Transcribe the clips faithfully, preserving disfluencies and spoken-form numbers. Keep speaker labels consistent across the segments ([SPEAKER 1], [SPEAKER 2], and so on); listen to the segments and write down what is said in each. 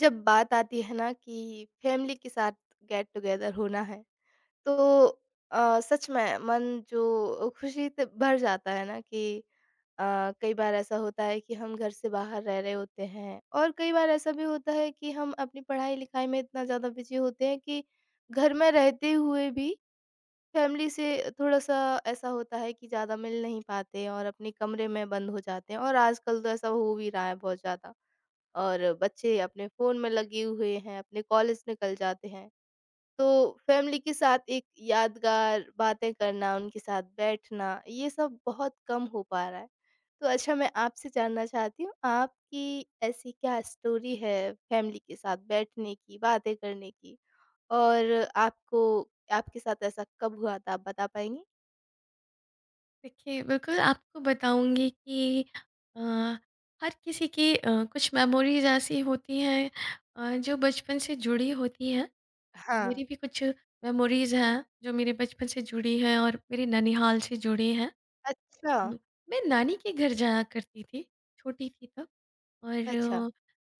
[SPEAKER 1] जब बात आती है ना कि फैमिली के साथ गेट टुगेदर होना है तो अ, सच में मन जो खुशी से भर जाता है ना कि अ, कई बार ऐसा होता है कि हम घर से बाहर रह रहे होते हैं और कई बार ऐसा भी होता है कि हम अपनी पढ़ाई लिखाई में इतना ज़्यादा बिजी होते हैं कि घर में रहते हुए भी फैमिली से थोड़ा सा ऐसा होता है कि ज़्यादा मिल नहीं पाते और अपने कमरे में बंद हो जाते हैं और आजकल तो ऐसा हो भी रहा है बहुत ज़्यादा और बच्चे अपने फ़ोन में लगे हुए हैं, अपने कॉलेज निकल जाते हैं। तो फैमिली के साथ एक यादगार बातें करना, उनके साथ बैठना, ये सब बहुत कम हो पा रहा है। तो अच्छा मैं आपसे जानना चाहती हूँ, आपकी ऐसी क्या स्टोरी है फैमिली के साथ बैठने की, बातें करने की? और आपको आपके साथ ऐसा कब हुआ था, आप बता पाएँगी?
[SPEAKER 2] देखिए, बिल्कुल आपको बताऊँगी कि अ, हर किसी की अ, कुछ मेमोरीज़ ऐसी होती हैं अ, जो बचपन से जुड़ी होती हैं।
[SPEAKER 1] हाँ।
[SPEAKER 2] मेरी भी कुछ मेमोरीज़ हैं जो मेरे बचपन से जुड़ी हैं और मेरे ननिहाल से जुड़ी हैं।
[SPEAKER 1] अच्छा,
[SPEAKER 2] हम्म, मैं नानी के घर जाया करती थी, छोटी थी तब और
[SPEAKER 1] अच्छा।
[SPEAKER 2] अ,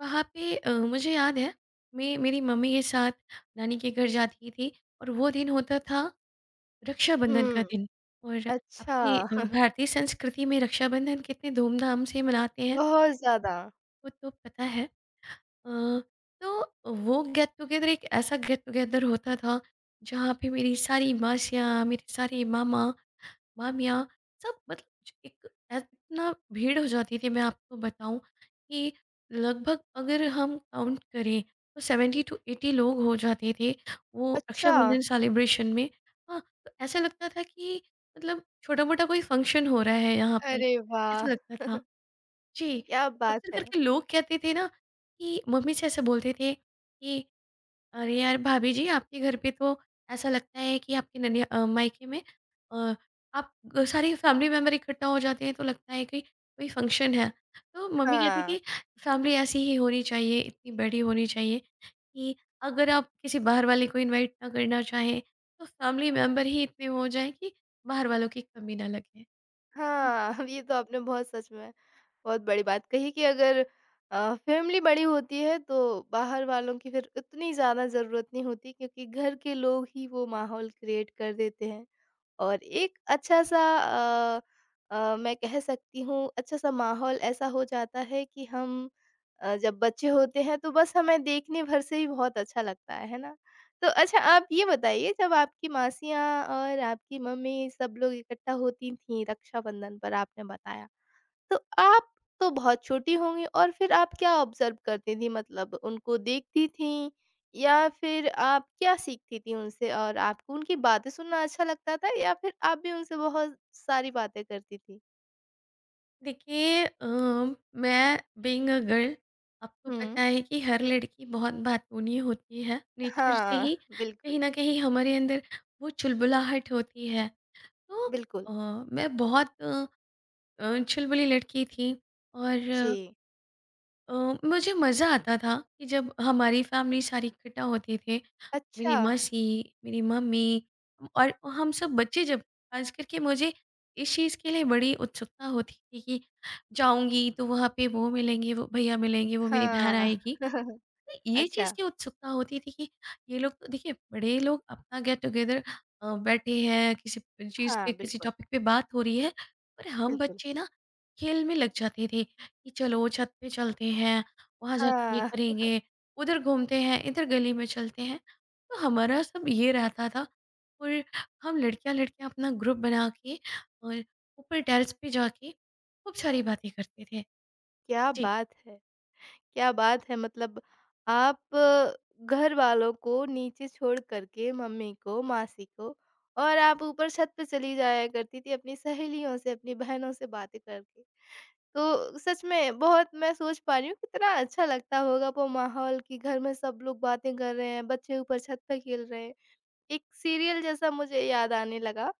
[SPEAKER 2] वहाँ पे अ, मुझे याद है मैं मेरी मम्मी के साथ नानी के घर जाती थी और वो दिन होता था रक्षाबंधन का
[SPEAKER 1] हुँ,
[SPEAKER 2] दिन और अपनी
[SPEAKER 1] अच्छा।
[SPEAKER 2] अ, भारतीय संस्कृति में रक्षाबंधन कितने धूमधाम से मनाते हैं
[SPEAKER 1] बहुत ज़्यादा।
[SPEAKER 2] वो तो पता है। अ, तो वो गेट टुगेदर एक ऐसा गेट टुगेदर होता था जहाँ पे मेरी सारी मासियाँ मेरे सारे मामा मामियाँ सब मतलब ज- एक ऐ- इतना भीड़ हो जाती थी मैं आपको बताऊं कि लगभग अगर हम काउंट करें तो सेवेंटी टू एटी लोग हो जाते थे वो
[SPEAKER 1] अच्छा!
[SPEAKER 2] रक्षाबंधन सेलिब्रेशन में। हाँ, तो ऐसा लगता था कि मतलब छोटा मोटा कोई फंक्शन हो रहा है यहाँ पर,
[SPEAKER 1] अरे वाह!
[SPEAKER 2] ऐसा लगता था। जी,
[SPEAKER 1] क्या
[SPEAKER 2] तो
[SPEAKER 1] बात
[SPEAKER 2] अक्सर
[SPEAKER 1] है!
[SPEAKER 2] करके लोग कहते थे ना कि मम्मी से ऐसे बोलते थे कि अरे यार भाभी जी आपके घर पे तो ऐसा लगता है कि आपके ननिया अ, मायके में अ, आप ग- सारी फैमिली मेम्बर इकट्ठा हो जाते हैं तो लगता है कि कोई फंक्शन है। तो मम्मी कहती
[SPEAKER 1] हाँ,
[SPEAKER 2] थी फैमिली ऐसी ही होनी चाहिए इतनी बड़ी होनी चाहिए कि अगर आप किसी बाहर वाले को इनवाइट ना करना चाहें तो फैमिली मेम्बर ही इतने हो जाएं कि बाहर वालों की कमी ना लगे।
[SPEAKER 1] हाँ, ये तो आपने बहुत सच में बहुत बड़ी बात कही कि अगर अ, फैमिली बड़ी होती है तो बाहर वालों की फिर उतनी ज़्यादा ज़रूरत नहीं होती क्योंकि घर के लोग ही वो माहौल क्रिएट कर देते हैं। और एक अच्छा-सा अ अ, मैं कह सकती हूँ अच्छा-सा माहौल ऐसा हो जाता है कि हम अ, जब बच्चे होते हैं तो बस हमें देखने भर से ही बहुत अच्छा लगता है, है ना? तो अच्छा आप ये बताइए जब आपकी मासियाँ और आपकी मम्मी सब लोग इकट्ठा होती थीं रक्षाबंधन पर आपने बताया, तो आप तो बहुत छोटी होंगी और फिर आप क्या ऑब्ज़र्व करती थीं? मतलब उनको देखती थीं या फिर आप क्या सीखती थीं उनसे? और आपको उनकी बातें सुनना अच्छा लगता था या फिर आप भी उनसे बहुत सारी बातें करती थीं?
[SPEAKER 2] देखिए, अम, मैं बीइंग अ गर्ल, आपको
[SPEAKER 1] हुँ।
[SPEAKER 2] पता है कि हर लड़की बहुत बातूनी होती है। नेचर से
[SPEAKER 1] हाँ,
[SPEAKER 2] ही
[SPEAKER 1] बिल्कुल,
[SPEAKER 2] कहीं न कहीं हमारे अंदर वो चुलबुलाहट होती है। तो
[SPEAKER 1] बिल्कुल।
[SPEAKER 2] अ, मैं बहुत अ अ, चुलबुली लड़की थी और
[SPEAKER 1] जी।
[SPEAKER 2] अ, मुझे मज़ा आता था कि जब हमारी फैमिली सारी इकट्ठा होती थी
[SPEAKER 1] अच्छा,
[SPEAKER 2] मेरी मासी, मेरी मम्मी और हम सब बच्चे जब ख़ास करके मुझे इस चीज़ के लिए बड़ी उत्सुकता होती थी कि जाऊँगी तो वहाँ पे वो मिलेंगे, वो भैया मिलेंगे, वो मेरी बहन
[SPEAKER 1] हाँ।
[SPEAKER 2] आएगी। ये चीज़
[SPEAKER 1] अच्छा,
[SPEAKER 2] की उत्सुकता होती थी कि ये लोग तो देखिए बड़े लोग अपना गेट टुगेदर अ, बैठे हैं किसी चीज़
[SPEAKER 1] हाँ,
[SPEAKER 2] पे किसी
[SPEAKER 1] बिल्कुल,
[SPEAKER 2] टॉपिक पे बात हो रही है, पर हम
[SPEAKER 1] बिल्कुल।
[SPEAKER 2] बच्चे ना खेल में लग जाते थे कि चलो छत पे चलते हैं वहाँ जाके ये
[SPEAKER 1] हाँ,
[SPEAKER 2] करेंगे, उधर घूमते हैं इधर गली में चलते हैं। तो हमारा सब ये रहता था और हम लड़कियां लड़कियां अपना ग्रुप बना के और ऊपर टेरेस पे जाके खूब सारी बातें करते थे।
[SPEAKER 1] क्या
[SPEAKER 2] जी,
[SPEAKER 1] बात है! क्या बात है! मतलब आप घरवालों को नीचे छोड़ कर के मम्मी को, मासी को और आप ऊपर छत पे चली जाया करती थी अपनी सहेलियों से, अपनी बहनों से बातें करके। तो सच में बहुत मैं सोच पा रही हूँ कितना अच्छा लगता होगा वो माहौल कि घर में सब लोग बातें कर रहे हैं, बच्चे ऊपर छत पे खेल रहे हैं। एक सीरियल जैसा मुझे याद आने लगा।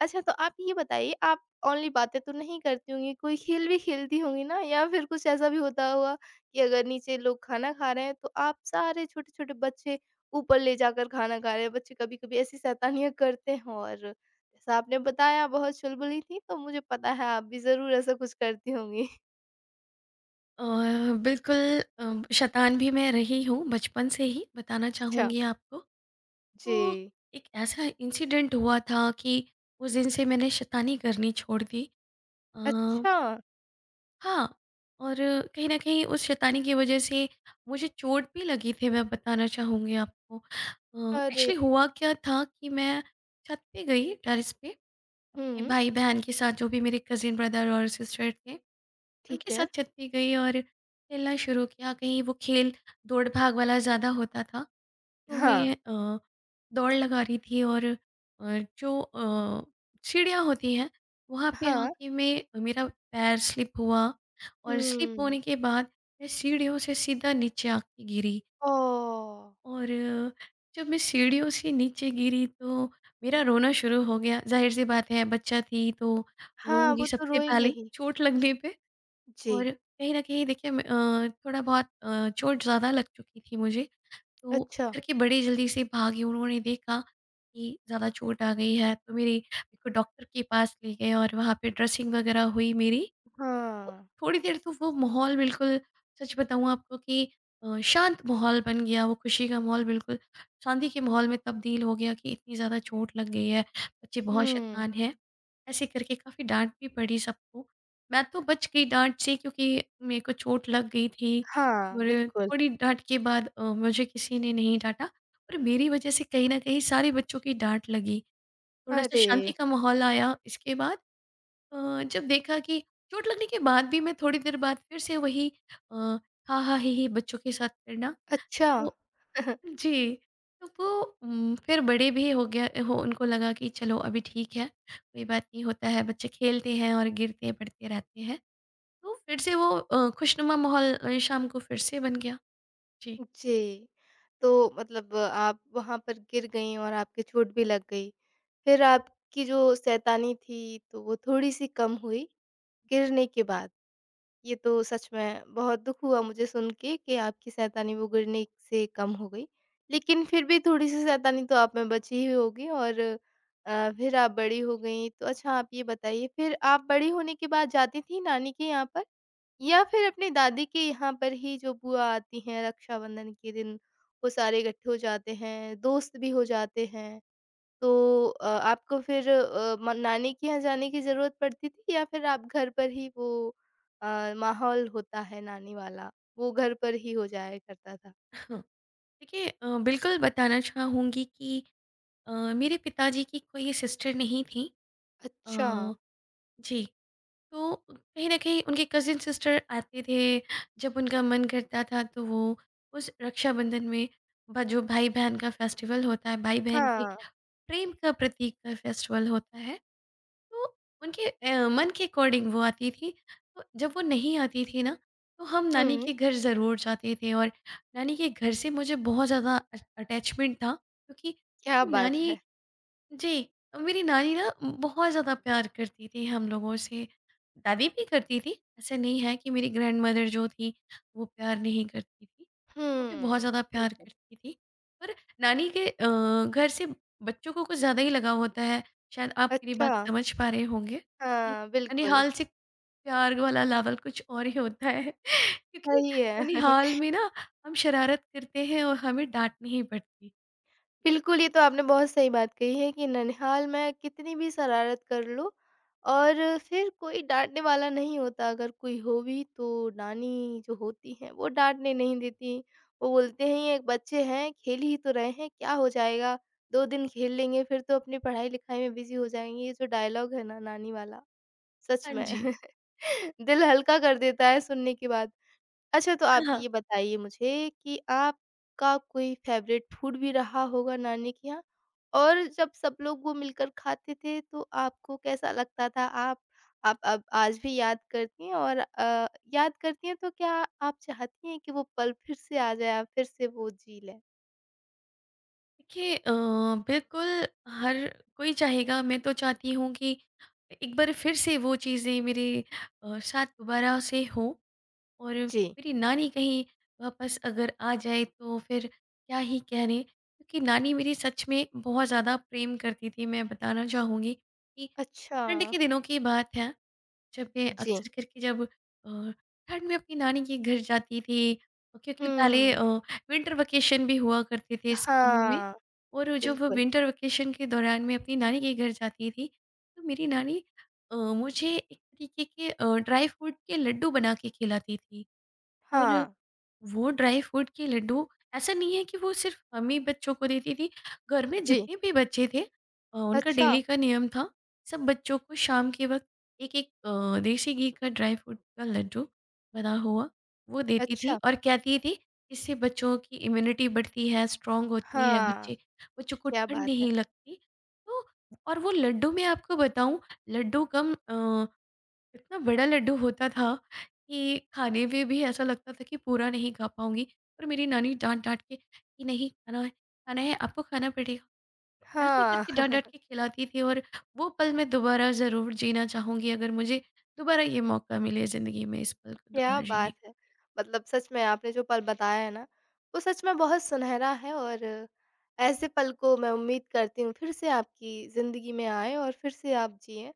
[SPEAKER 1] अच्छा तो आप ये बताइए आप ओनली बातें तो नहीं करती होंगी, कोई खेल भी खेलती होंगी ना? या फिर कुछ ऐसा भी होता होगा कि अगर नीचे लोग खाना खा रहे हैं तो आप सारे छोटे-छोटे बच्चे ऊपर ले जाकर खाना खा रहे हैं। बच्चे कभी-कभी ऐसी शैतानियाँ करते हों और जैसा आपने बताया बहुत चुलबुली थी तो मुझे पता है आप भी ज़रूर ऐसा कुछ करती होंगी।
[SPEAKER 2] अ, बिल्कुल अ, शैतान भी मैं रही हूँ बचपन से ही, बताना
[SPEAKER 1] अच्छा।
[SPEAKER 2] चाहूँगी आपको। तो
[SPEAKER 1] जी।
[SPEAKER 2] एक ऐसा इंसिडेंट हुआ था कि उस दिन से मैंने शैतानी करनी छोड़ दी। अ,
[SPEAKER 1] अच्छा!
[SPEAKER 2] हाँ, और कहीं न कहीं उस शैतानी की वज़ह से मुझे चोट भी लगी थी, मैं बताना चाहूँगी आपको। अ,
[SPEAKER 1] अरे!
[SPEAKER 2] एक्चुअली हुआ क्या था कि मैं छत पे गई टेरेस पे, अपने
[SPEAKER 1] हुँ,
[SPEAKER 2] भाई-बहन के साथ जो भी मेरे कज़िन ब्रदर और सिस्टर थे। उनके
[SPEAKER 1] ठीक
[SPEAKER 2] साथ
[SPEAKER 1] है।
[SPEAKER 2] छत पे गई और खेलना शुरू किया। कहीं वो खेल दौड़ भाग वाला ज़्यादा होता था, तो
[SPEAKER 1] हाँ।
[SPEAKER 2] मैं अ, दौड़ लगा रही थी और अ, जो अ, सीढ़ियाँ होती हैं, वहाँ पे
[SPEAKER 1] हाँ।
[SPEAKER 2] आके मैं मेरा पैर स्लिप हुआ और स्लिप
[SPEAKER 1] हुँ।
[SPEAKER 2] होने के बाद मैं सीढ़ियों से सीधा नीचे आके गिरी।
[SPEAKER 1] ओह!
[SPEAKER 2] और जब मैं सीढ़ियों से नीचे गिरी तो मेरा रोना शुरू हो गया। ज़ाहिर-सी बात है बच्चा थी तो
[SPEAKER 1] हाँ,
[SPEAKER 2] रोऊँगी
[SPEAKER 1] वो तो
[SPEAKER 2] सबसे
[SPEAKER 1] रोएँगे
[SPEAKER 2] पहले
[SPEAKER 1] ही।
[SPEAKER 2] चोट लगने पे। और
[SPEAKER 1] जी,
[SPEAKER 2] कहीं न कहीं देखिए मैं अ, थोड़ा बहुत अ, चोट ज़्यादा लग चुकी थी मुझे, तो
[SPEAKER 1] अच्छा,
[SPEAKER 2] घर के बड़े जल्दी से भागे, उन्होंने देखा कि ज़्यादा चोट आ गई है, तो मेरी मेरे को डॉक्टर के पास ले गए और वहाँ पे ड्रेसिंग वगैरह हुई मेरी। तो
[SPEAKER 1] हाँ।
[SPEAKER 2] थोड़ी देर तो वो माहौल बिल्कुल, सच बताऊँ आपको कि अ, शांत माहौल बन गया, वो खुशी का माहौल बिल्कुल शांति के माहौल में तब्दील हो गया कि इतनी ज़्यादा चोट लग गई है, बच्चे बहुत
[SPEAKER 1] हुँ,
[SPEAKER 2] शैतान हैं। ऐसे करके काफ़ी डाँट भी पड़ी सबको। मैं तो बच गई डाँट से क्योंकि मेरे को चोट लग गई थी,
[SPEAKER 1] हाँ,
[SPEAKER 2] और
[SPEAKER 1] बिल्कुल।
[SPEAKER 2] थोड़ी डाँट के बाद अ, मुझे किसी ने नहीं डाँटा और मेरी वजह से कहीं न कहीं सारे बच्चों की डाँट लगी। थोड़ा-सा
[SPEAKER 1] अरे!
[SPEAKER 2] शांति का माहौल आया इसके बाद। अ, जब देखा कि चोट लगने के बाद भी मैं थोड़ी देर बाद फिर से वही अ, हा हा ही ही बच्चों के साथ करना,
[SPEAKER 1] अच्छा,
[SPEAKER 2] तो जी, तो वो उम, फिर बड़े भी हो गया हो, उनको लगा कि चलो अभी ठीक है कोई बात नहीं, होता है बच्चे खेलते हैं और गिरते पड़ते रहते हैं। तो फिर से वो अ, खुशनुमा माहौल अ, शाम को फिर से बन गया। जी।
[SPEAKER 1] जी। तो मतलब आप वहाँ पर गिर गईं और आपके चोट भी लग गई। फिर आपकी जो शैतानी थी, तो वो थोड़ी-सी कम हुई गिरने के बाद? ये तो सच में बहुत दुख हुआ मुझे सुन के कि आपकी शैतानी वो गिरने से कम हो गई। लेकिन फिर भी थोड़ी-सी शैतानी तो आप में बची ही होगी और अ, फिर आप बड़ी हो गईं। तो अच्छा आप ये बताइए फिर आप बड़ी होने के बाद जाती थीं नानी के यहाँ पर? या फिर अपनी दादी के यहाँ पर ही जो बुआ आती हैं रक्षाबंधन के दिन, वो सारे इकट्ठे हो जाते हैं, दोस्त भी हो जाते हैं? तो अ, आपको फिर अ, म नानी के यहाँ जाने की ज़रूरत पड़ती थी या फिर आप घर पर ही वो अ, माहौल होता है नानी वाला, वो घर पर ही हो जाया करता था?
[SPEAKER 2] हाँ, देखिए अ, बिल्कुल बताना चाहूँगी कि अ, मेरे पिताजी की कोई सिस्टर नहीं थी। अ,
[SPEAKER 1] अच्छा,
[SPEAKER 2] जी, तो कहीं न कहीं उनके कज़िन सिस्टर आते थे, जब उनका मन करता था तो वो उस रक्षाबंधन में, ब जो भाई-बहन का फेस्टिवल होता है, भाई-बहन के
[SPEAKER 1] हाँ।
[SPEAKER 2] प्रेम का प्रतीक का फेस्टिवल होता है, तो उनके अ, मन के अकॉर्डिंग वो आती थी। तो जब वो नहीं आती थी ना, तो हम नानी
[SPEAKER 1] हुँ,
[SPEAKER 2] के घर ज़रूर जाते थे। और नानी के घर से मुझे बहुत ज़्यादा अ, अटैचमेंट था क्योंकि
[SPEAKER 1] क्या बात
[SPEAKER 2] नानी,
[SPEAKER 1] है!
[SPEAKER 2] जी, मेरी नानी ना बहुत ज़्यादा प्यार करती थी हम लोगों से। दादी भी करती थी, ऐसा नहीं है कि मेरी ग्रैंडमदर जो थी वो प्यार नहीं करती थी, वो भी बहुत
[SPEAKER 1] हुँ,
[SPEAKER 2] ज़्यादा प्यार
[SPEAKER 1] बिल्कुल।
[SPEAKER 2] करती थी। पर नानी के अ, घर से बच्चों को कुछ ज़्यादा ही लगाव होता है, शायद आप मेरी
[SPEAKER 1] अच्छा,
[SPEAKER 2] बात समझ पा रहे होंगे कि
[SPEAKER 1] हाँ, बिल्कुल,
[SPEAKER 2] ननिहाल से प्यार वाला लेवल कुछ और ही होता है क्योंकि
[SPEAKER 1] सही है।
[SPEAKER 2] ननिहाल में ना हम शरारत करते हैं और हमें डाँटनी ही पड़ती।
[SPEAKER 1] बिल्कुल, ये तो आपने बहुत सही बात कही है कि ननिहाल में कितनी भी शरारत कर लो और फिर कोई डाँटने वाला नहीं होता। अगर कोई हो भी तो नानी जो होती हैं वो डाँटने नहीं देती। वो बोलते हैं ये बच्चे हैं, खेल ही तो रहे हैं, क्या हो जाएगा? दो दिन खेल लेंगे फिर तो अपनी पढ़ाई-लिखाई में बिज़ी हो जाएँगे। ये जो डायलॉग है ना नानी वाला, सच
[SPEAKER 2] हाँ
[SPEAKER 1] में
[SPEAKER 2] जी।
[SPEAKER 1] दिल हल्का कर देता है सुनने के बाद। अच्छा, तो आप ये बताइए मुझे कि आपका कोई फ़ेवरेट फूड भी रहा होगा नानी के यहाँ? और जब सब लोग वो मिलकर खाते थे तो आपको कैसा लगता था? आप आप अब आज भी याद करती हैं और अ, याद करती हैं तो क्या आप चाहती हैं कि वो पल फिर से आ जाए, आप फिर से वो जी लें?
[SPEAKER 2] देखिए अ, बिल्कुल हर कोई चाहेगा, मैं तो चाहती हूँ कि एक बार फिर से वो चीज़ें मेरे अ, साथ दोबारा से हो और
[SPEAKER 1] जी।
[SPEAKER 2] मेरी नानी कहीं वापस अगर आ जाए तो फिर क्या ही कहने, क्योंकि नानी मेरी सच में बहुत ज़्यादा प्रेम करती थी। मैं बताना चाहूँगी कि
[SPEAKER 1] अच्छा।
[SPEAKER 2] ठंड के दिनों की बात है, जब मैं
[SPEAKER 1] जी।
[SPEAKER 2] अक्सर करके जब अ, ठंड में अपनी नानी के घर जाती थी, क्योंकि पहले अ,
[SPEAKER 1] हुँ।
[SPEAKER 2] विंटर वेकेशन भी हुआ करते थे स्कूलों में,
[SPEAKER 1] हाँ,
[SPEAKER 2] और जब
[SPEAKER 1] बिल्कुल।
[SPEAKER 2] विंटर वेकेशन के दौरान मैं अपनी नानी के घर जाती थी, तो मेरी नानी अ, मुझे एक तरीके के अ, ड्राई फ्रूट के लड्डू बना के खिलाती थी। और
[SPEAKER 1] हाँ।
[SPEAKER 2] वो ड्राई फ्रूट के लड्डू, ऐसा नहीं है कि वो सिर्फ हम ही बच्चों को देती थी। घर में
[SPEAKER 1] जी।
[SPEAKER 2] जितने भी बच्चे थे अ, उनका
[SPEAKER 1] अच्छा,
[SPEAKER 2] डेली का नियम था सब बच्चों को शाम के वक़्त एक-एक अ, देसी घी का ड्राई फ्रूट का लड्डू बना हुआ वो देती थी,
[SPEAKER 1] अच्छा।
[SPEAKER 2] और कहती थी इससे बच्चों की इम्यूनिटी बढ़ती है, स्ट्रॉन्ग होती है,
[SPEAKER 1] हाँ,
[SPEAKER 2] बच्चे बच्चों को
[SPEAKER 1] क्या
[SPEAKER 2] ठंड
[SPEAKER 1] बात है!
[SPEAKER 2] नहीं लगती। तो और वो लड्डू मैं आपको बताऊँ, लड्डू कम अ इतना बड़ा लड्डू होता था कि खाने में भी ऐसा लगता था कि पूरा नहीं खा पाऊंगी, पर मेरी नानी डांट डांट के कि नहीं, खाना है खाना है आपको खाना पड़ेगा, तो ऐसे
[SPEAKER 1] हाँ।
[SPEAKER 2] करके डांट डांट के खिलाती थी। और वो पल मैं दोबारा ज़रूर जीना चाहूंगी, अगर मुझे दोबारा ये मौका मिले ज़िंदगी में इस पल को
[SPEAKER 1] क्या
[SPEAKER 2] दोबारा जीने
[SPEAKER 1] बात
[SPEAKER 2] का।
[SPEAKER 1] है! मतलब सच में आपने जो पल बताया है ना, वो सच में बहुत सुनहरा है और ऐसे पल को मैं उम्मीद करती हूँ फिर से आपकी ज़िंदगी में आएँ और फिर से आप जिएँ।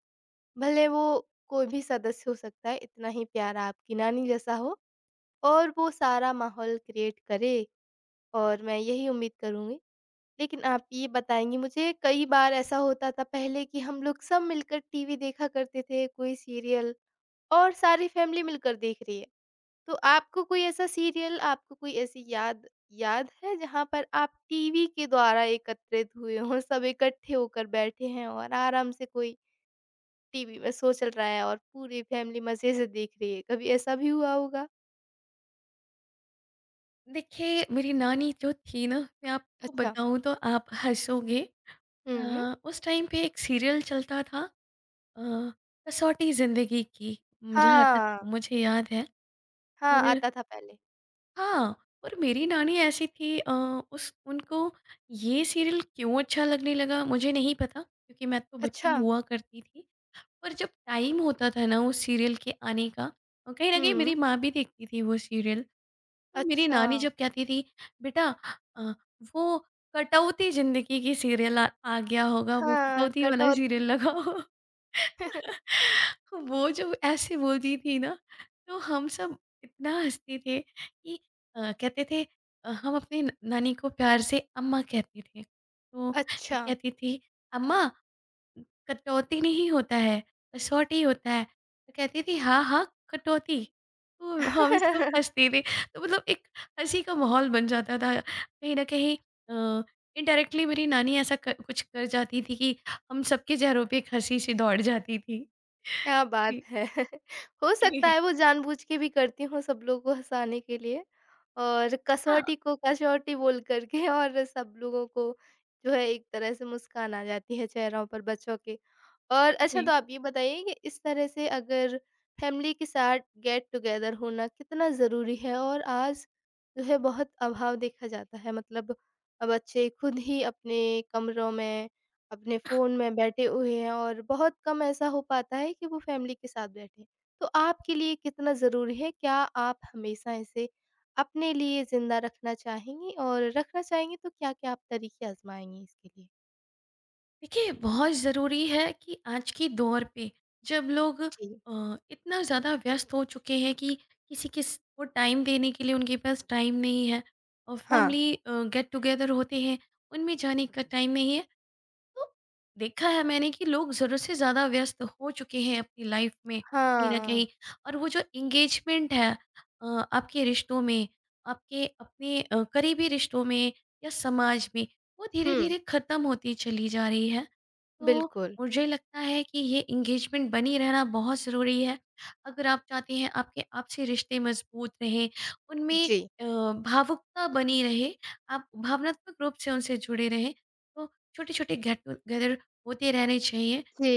[SPEAKER 1] भले वो कोई भी सदस्य हो सकता है, इतना ही प्यारा आपकी नानी जैसा हो और वो सारा माहौल क्रिएट करे और मैं यही उम्मीद करूँगी। लेकिन आप ये बताएँगी मुझे कई बार ऐसा होता था पहले कि हम लोग सब मिलकर टीवी देखा करते थे, कोई सीरियल और सारी फैमिली मिलकर देख रही है। तो आपको कोई ऐसा सीरियल, आपको कोई ऐसी याद याद है जहाँ पर आप टीवी के द्वारा एकत्रित हुए हों, सब इकट्ठे होकर बैठे हैं और आराम से कोई टीवी में शो चल रहा है और पूरी फैमिली मज़े से देख रही है, कभी ऐसा भी हुआ होगा?
[SPEAKER 2] देखिए मेरी नानी जो थी ना, मैं आपको
[SPEAKER 1] अच्छा।
[SPEAKER 2] बताऊं तो आप हंसोगे।
[SPEAKER 1] हुँ।
[SPEAKER 2] अ, उस टाइम पे एक सीरियल चलता था, अ, कसौटी ज़िंदगी की, जहाँ तक
[SPEAKER 1] हाँ।
[SPEAKER 2] मुझे याद है।
[SPEAKER 1] हाँ, आता था पहले।
[SPEAKER 2] हाँ, और मेरी नानी ऐसी थी, अ, उस उनको ये सीरियल क्यों अच्छा लगने लगा मुझे नहीं पता, क्योंकि मैं तो बच्ची
[SPEAKER 1] अच्छा।
[SPEAKER 2] हुआ करती थी। और जब टाइम होता था ना उस सीरियल के आने का, अ, कहीं न कहीं मेरी
[SPEAKER 1] हुँ।
[SPEAKER 2] माँ भी देखती थी वो सीरियल। तो मेरी
[SPEAKER 1] अच्छा।
[SPEAKER 2] नानी जब कहती थी, "बेटा अ, वो कटौती ज़िंदगी की सीरियल आ, आ गया होगा, वो
[SPEAKER 1] हाँ,
[SPEAKER 2] कटौती वाला सीरियल
[SPEAKER 1] कटौती।
[SPEAKER 2] लगाओ।" वो जो ऐसे बोलती थी ना, तो हम सब इतना हंसते थे कि अ, कहते थे अ, हम अपनी न- नानी को प्यार से अम्मा कहते थे, तो वो
[SPEAKER 1] अच्छा।
[SPEAKER 2] कहती थी अम्मा कटौती नहीं होता है, कसौटी होता है। तो कहती थी, "हाँ, हाँ, कटौती।" तो हम सब हँसते थे। तो मतलब एक हँसी का माहौल बन जाता था। कहीं न कहीं अ, इनडायरेक्टली मेरी नानी ऐसा क कुछ कर जाती थी कि हम सबके चेहरों पे एक हँसी-सी दौड़ जाती थी।
[SPEAKER 1] क्या बात
[SPEAKER 2] जी।
[SPEAKER 1] है! हो सकता है वो जानबूझ के भी करती हों सब लोगों को हँसाने के लिए और
[SPEAKER 2] हाँ,
[SPEAKER 1] कसौटी को कसौटी बोल कर के और सब लोगों को जो है एक तरह से मुस्कान आ जाती है चेहरों पर बच्चों के। और अच्छा
[SPEAKER 2] जी।
[SPEAKER 1] तो आप ये बताइए कि इस तरह से अगर फैमिली के साथ गेट टुगेदर होना कितना ज़रूरी है? और आज जो है बहुत अभाव देखा जाता है मतलब अ, बच्चे खुद ही अपने कमरों में अपने फ़ोन में बैठे हुए हैं और बहुत कम ऐसा हो पाता है कि वो फैमिली के साथ बैठें। तो आपके लिए कितना ज़रूरी है? क्या आप हमेशा इसे अपने लिए ज़िंदा रखना चाहेंगी और रखना चाहेंगी तो क्या-क्या आप तरीके आज़माएँगी इसके लिए?
[SPEAKER 2] देखिए बहुत ज़रूरी है कि आज के दौर पे जब लोग अ,
[SPEAKER 1] जी।
[SPEAKER 2] इतना ज़्यादा व्यस्त हो चुके हैं कि किसी किस को टाइम देने के लिए उनके पास टाइम नहीं है, और
[SPEAKER 1] हाँ।
[SPEAKER 2] फैमिली गेट टुगेदर होते हैं उनमें जाने का टाइम नहीं है। तो देखा है मैंने कि लोग ज़रूरत से ज़्यादा व्यस्त हो चुके हैं अपनी लाइफ में कहीं न
[SPEAKER 1] हाँ।
[SPEAKER 2] कहीं। और वो जो एंगेजमेंट है अ, आपके रिश्तों में, आपके अपने अ, करीबी रिश्तों में या समाज में, वो
[SPEAKER 1] हुँ,
[SPEAKER 2] धीरे-धीरे ख़त्म होती चली जा रही है। तो
[SPEAKER 1] बिल्कुल।
[SPEAKER 2] मुझे लगता है कि ये एंगेजमेंट बनी रहना बहुत ज़रूरी है। अगर आप चाहते हैं आपके आपसी रिश्ते मज़बूत रहें, उनमें
[SPEAKER 1] जी।
[SPEAKER 2] अ, भावुकता बनी रहे, आप भावनात्मक रूप से उनसे जुड़े रहें, तो छोटे-छोटे गेट टुगेदर होते रहने चाहिए,
[SPEAKER 1] जी,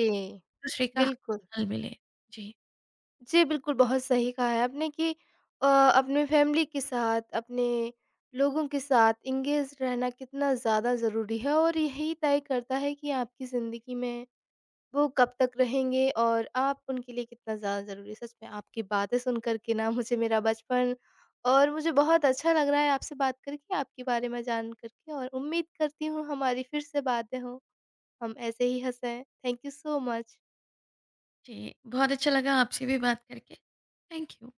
[SPEAKER 2] दूसरे का
[SPEAKER 1] बिल्कुल।
[SPEAKER 2] हाल मिले। जी,
[SPEAKER 1] जी, बिल्कुल, बहुत सही कहा है आपने कि अ, अपने फैमिली के साथ, अपने लोगों के साथ एंगेज रहना कितना ज़्यादा ज़रूरी है और यही तय करता है कि आपकी ज़िंदगी में वो कब तक रहेंगे और आप उनके लिए कितना ज़्यादा ज़रूरी हैं। सच में आपकी बातें सुन कर के ना मुझे मेरा बचपन और मुझे बहुत अच्छा लग रहा है आपसे बात करके, आपके बारे में जान कर के और उम्मीद करती हूँ हमारी फिर से बातें हों, हम ऐसे ही हँसें। Thank you so much.
[SPEAKER 2] जी, बहुत अच्छा लगा आपसे भी बात करके। Thank you.